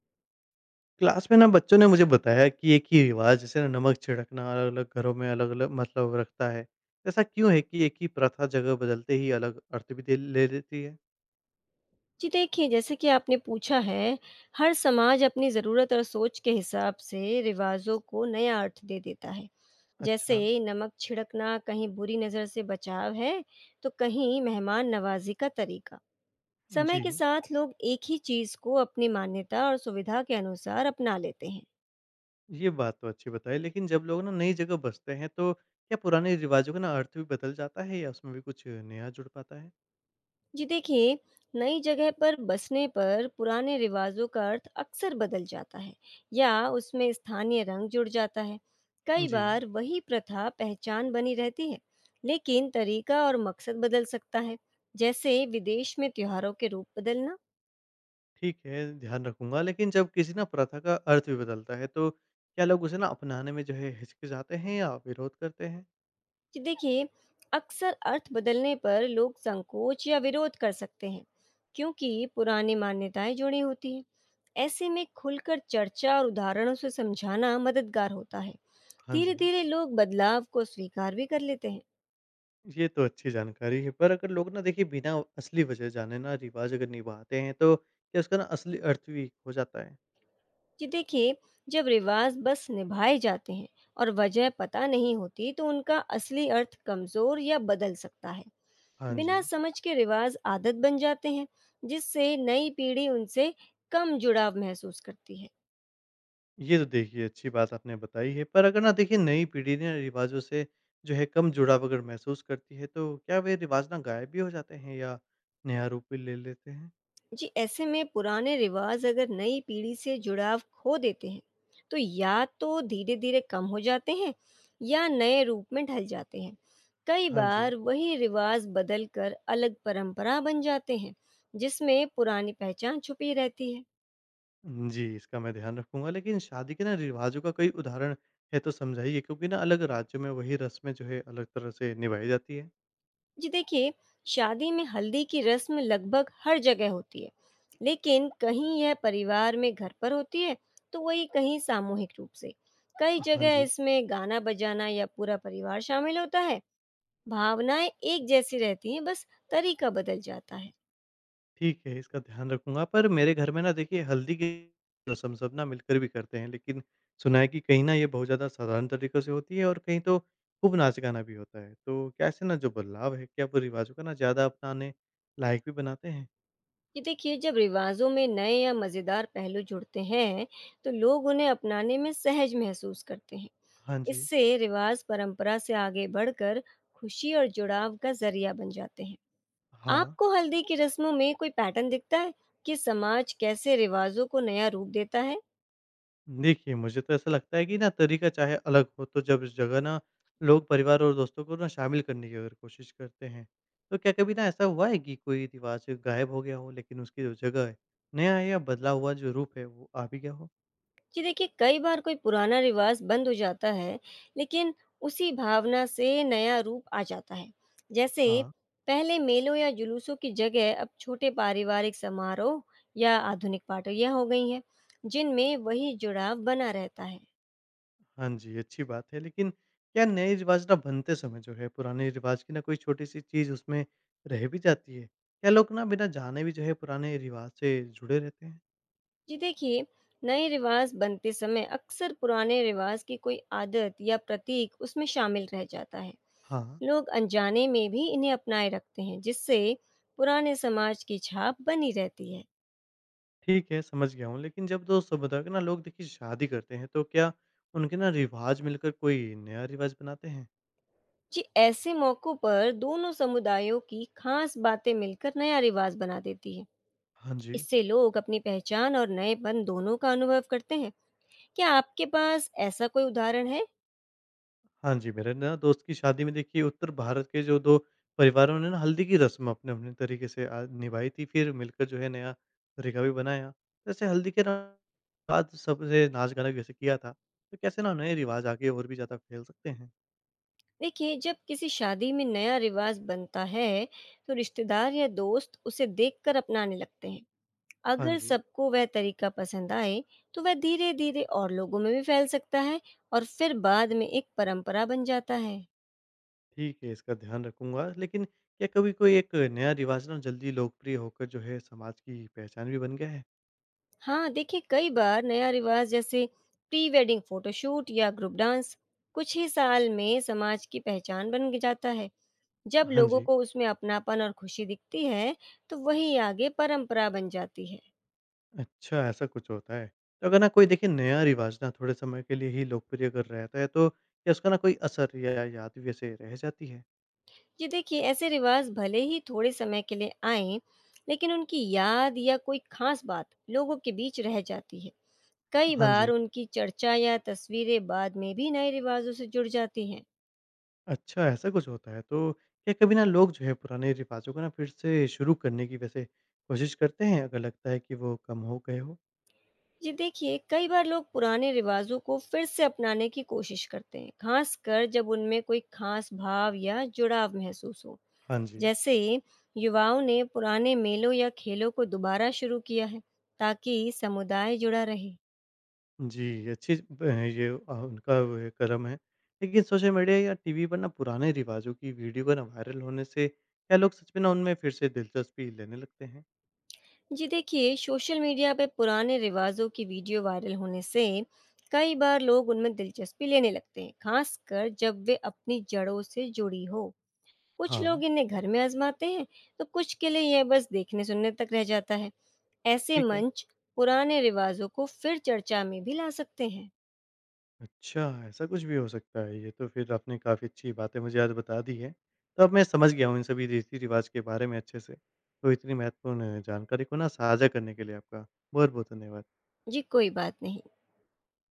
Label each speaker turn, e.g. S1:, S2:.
S1: Class में ना बच्चों ने मुझे बताया कि एक ही रिवाज जैसे ना नमक छिड़कना अलग अलग घरों में अलग अलग मतलब रखता है। ऐसा क्यों है कि एक ही प्रथा जगह बदलते ही अलग अर्थ भी दे ले लेती है।
S2: जी देखिए, जैसे कि आपने पूछा है, हर समाज अपनी ज़रूरत और सोच के हिसाब से रिवाज़ों को नया अर्थ दे देता है। जैसे
S1: अच्छा।
S2: नमक छिड़कना कहीं बुरी नज़र से बचाव है, तो कहीं मेहमान नवाज़ी का तरीका। समय
S1: जी।
S2: के साथ लोग एक ही चीज़ को अपनी मान्यता और सुविधा के अनुसार अपना लेते हैं।
S1: ये बात तो अच्छी बताई लेकिन जब लोग ना नई जगह बसते हैं तो क्या पुराने रिवाजों का ना अर्थ भी बदल जाता है या उसमें भी कुछ नया जुड़ पाता है।
S2: जी देखिए, नई जगह पर बसने पर पुराने रिवाजों का अर्थ अक्सर बदल जाता है या उसमें स्थानीय रंग जुड़ जाता है। कई
S1: जी।
S2: बार वही प्रथा पहचान बनी रहती है, लेकिन तरीका और मकसद बदल सकता है, जैसे विदेश में त्योहारों के रूप बदलना।
S1: ठीक है, ध्यान रखूंगा लेकिन जब किसी ना प्रथा का अर्थ भी बदलता है तो क्या लोग उसे ना अपनाने में जो है हिचकिचाते हैं या विरोध करते हैं।
S2: जी देखिए, अक्सर अर्थ बदलने पर लोग संकोच या विरोध कर सकते हैं, क्योंकि पुरानी मान्यताएं जुड़ी होती हैं। ऐसे में खुलकर चर्चा और उदाहरणों से समझाना मददगार होता है।
S1: हाँ
S2: धीरे
S1: जी।
S2: धीरे लोग बदलाव को स्वीकार भी कर लेते हैं।
S1: ये तो अच्छी जानकारी है, पर अगर लोग ना देखिए बिना असली वजह जाने ना रिवाज़ अगर निभाते हैं, तो क्या उसका ना असली अर्थ भी खो जाता है?
S2: जी देखिए, जब रिवाज बस निभाए जाते हैं और वजह पता नहीं होती, तो उनका असली अर्थ कमजोर या बदल सकता है।
S1: हाँ
S2: बिना
S1: जी।
S2: समझ के रिवाज आदत बन जाते हैं, जिससे नई पीढ़ी उनसे कम जुड़ाव महसूस करती है।
S1: ये तो देखिए अच्छी बात आपने बताई है, पर अगर ना देखिए नई पीढ़ी ने रिवाज़ों से जो है कम जुड़ाव अगर महसूस करती है, तो क्या वे रिवाज़ ना गायब भी हो जाते हैं या नया रूप भी ले लेते हैं?
S2: जी, ऐसे में पुराने रिवाज अगर नई पीढ़ी से जुड़ाव खो देते हैं, तो या तो धीरे धीरे कम हो जाते हैं या नए रूप में ढल जाते हैं। कई
S1: हाँ जी।
S2: बार वही रिवाज बदल कर अलग परंपरा बन जाते हैं, जिसमें पुरानी पहचान छुपी रहती है।
S1: जी, इसका मैं ध्यान रखूँगा, लेकिन शादी के ना रिवाज़ों का कोई उदाहरण है तो समझाइए क्योंकि ना अलग राज्यों में वही रस्में जो है अलग तरह से निभाई जाती है।
S2: जी देखिए, शादी में हल्दी की रस्म लगभग हर जगह होती है, लेकिन कहीं यह परिवार में घर पर होती है, तो वहीं कहीं सामूहिक रूप से। कई
S1: हाँ
S2: जगह
S1: जी।
S2: इसमें गाना बजाना या पूरा परिवार शामिल होता है। भावनाएँ एक जैसी रहती हैं, बस तरीका बदल जाता है।
S1: ठीक है, इसका ध्यान रखूँगा पर मेरे घर में ना देखिए हल्दी की रस्म सब ना मिलकर भी करते हैं, लेकिन सुना है कि कहीं ना ये बहुत ज़्यादा साधारण तरीक़ों से होती है और कहीं तो खूब नाच-गाना भी होता है। तो क्या ऐसे ना जो बदलाव है, क्या वो रिवाज़ों को ना ज़्यादा अपनाने लायक भी बनाते हैं?
S2: ये देखिए, जब रिवाज़ों में नए या मज़ेदार पहलू जुड़ते हैं, तो लोग उन्हें अपनाने में सहज महसूस करते हैं।
S1: हाँ जी।
S2: इससे रिवाज़ परंपरा से आगे बढ़कर खुशी और जुड़ाव का ज़रिया बन जाते हैं।
S1: हाँ।
S2: आपको हल्दी की रस्मों में कोई पैटर्न दिखता है कि समाज कैसे रिवाजों को नया रूप देता है?
S1: देखिए, मुझे तो ऐसा लगता है कि ना तरीका चाहे अलग हो, तो जब इस जगह ना लोग परिवार और दोस्तों को ना शामिल करने की अगर कोशिश करते हैं, तो क्या कभी ना ऐसा हुआ है कि कोई रिवाज गायब हो गया हो लेकिन उसकी जो जगह है, नया या बदला हुआ जो रूप है वो आ भी गया हो?
S2: जी देखिए, कई बार कोई पुराना रिवाज बंद हो जाता है, लेकिन उसी भावना से नया रूप आ जाता है। जैसे
S1: हाँ,
S2: पहले मेलों या जुलूसों की जगह अब छोटे पारिवारिक समारोह या आधुनिक पार्टियां हो गई हैं, जिनमें वही जुड़ाव बना रहता है।
S1: हाँ जी, अच्छी बात है लेकिन क्या नए रिवाज ना बनते समय जो है पुराने रिवाज की ना कोई छोटी-सी चीज़ उसमें रह भी जाती है? क्या लोग ना बिना जाने भी जो है पुराने रिवाज से जुड़े रहते हैं?
S2: जी देखिए, नए रिवाज बनते समय अक्सर पुराने रिवाज की कोई आदत या प्रतीक उसमें शामिल रह जाता है।
S1: हाँ।
S2: लोग अनजाने में भी इन्हें अपनाए रखते हैं, जिससे पुराने समाज की छाप बनी रहती है।
S1: ठीक है, समझ गया हूँ। लेकिन जब तो समुदाय के ना लोग देखिए शादी करते हैं, तो क्या उनके ना रिवाज मिलकर कोई नया रिवाज बनाते हैं?
S2: जी, ऐसे मौक़ों पर दोनों समुदायों की खास बातें मिलकर नया रिवाज बना देती है।
S1: हाँ जी।
S2: इससे लोग अपनी पहचान और नएपन दोनों का अनुभव करते हैं। क्या आपके पास ऐसा कोई उदाहरण है?
S1: हाँ जी, मेरे ना दोस्त की शादी में देखिए उत्तर भारत के जो 2 परिवारों ने ना हल्दी की रस्म अपने-अपने तरीके से निभाई थी, फिर मिलकर जो है नया तरीका भी बनाया। वैसे हल्दी के ना बाद सबने नाच-गाना जैसे किया था, तो कैसे ना नए रिवाज आगे और भी ज़्यादा फैल सकते हैं?
S2: देखिए, जब किसी शादी में नया रिवाज बनता है, तो रिश्तेदार या दोस्त उसे देखकर अपनाने लगते हैं।
S1: हाँ
S2: अगर
S1: जी।
S2: सबको वह तरीका पसंद आए, तो वह धीरे-धीरे और लोगों में भी फैल सकता है और फिर बाद में एक परंपरा बन जाता है।
S1: ठीक है, इसका ध्यान रखूँगा। लेकिन क्या कभी कोई एक नया रिवाज़ ना जल्दी लोकप्रिय होकर जो है समाज की पहचान भी बन गया है?
S2: हाँ, देखिए, कई बार नया रिवाज जैसे प्री वेडिंग फोटोशूट या ग्रुप डांस कुछ ही साल में समाज की पहचान बन जाता है। जब
S1: हाँ
S2: लोगों
S1: जी।
S2: को उसमें अपनापन और खुशी दिखती है, तो वही आगे परंपरा बन जाती है।
S1: अच्छा ऐसा कुछ होता है। तो अगर ना कोई देखिए नया रिवाज़ ना थोड़े समय के लिए ही लोकप्रिय अगर रहता है तो क्या उसका ना कोई असर या याद भी ऐसे रह जाती है?
S2: जी देखिए, ऐसे रिवाज भले ही थोड़े समय के लिए आएं, लेकिन उनकी याद या कोई खास बात लोगों के बीच रह जाती है। कई
S1: हाँ
S2: बार
S1: जी।
S2: उनकी चर्चा या तस्वीरें बाद में भी नए रिवाजों से जुड़ जाती हैं।
S1: अच्छा ऐसा कुछ होता है। तो क्या कभी ना लोग जो है पुराने रिवाज़ों को ना फिर से शुरू करने की वैसे कोशिश करते हैं अगर लगता है कि वो कम हो गए हों?
S2: जी देखिए, कई बार लोग पुराने रिवाजों को फिर से अपनाने की कोशिश करते हैं, खासकर जब उनमें कोई खास भाव या जुड़ाव महसूस हो।
S1: हाँ जी।
S2: जैसे युवाओं ने पुराने मेलों या खेलों को दोबारा शुरू किया है, ताकि समुदाय जुड़ा रहे।
S1: जी, अच्छी ब ये उनका वो है कदम है। लेकिन सोशल मीडिया या टीवी पर ना पुराने रिवाज़ों की वीडियो का ना वायरल होने से क्या लोग सच में ना उनमें फिर से दिलचस्पी लेने लगते हैं?
S2: जी देखिए, सोशल मीडिया पे पुराने रिवाजों की वीडियो वायरल होने से कई बार लोग उनमें दिलचस्पी लेने लगते हैं, खासकर जब वे अपनी जड़ों से जुड़ी हो। कुछ
S1: हाँ।
S2: लोग इन्हें घर में आजमाते हैं, तो कुछ के लिए यह बस देखने सुनने तक रह जाता है। ऐसे
S1: ठीक है।
S2: मंच पुराने रिवाजों को फिर चर्चा में भी ला सकते हैं।
S1: अच्छा, ऐसा कुछ भी हो सकता है। ये तो फिर आपने काफ़ी अच्छी बातें मुझे आज बता दी हैं। तो अब मैं समझ गया हूँ इन सभी रीति-रिवाज़ के बारे में अच्छे से। तो इतनी महत्वपूर्ण जानकारी को ना साझा करने के लिए आपका बहुत-बहुत धन्यवाद।
S2: जी, कोई बात नहीं।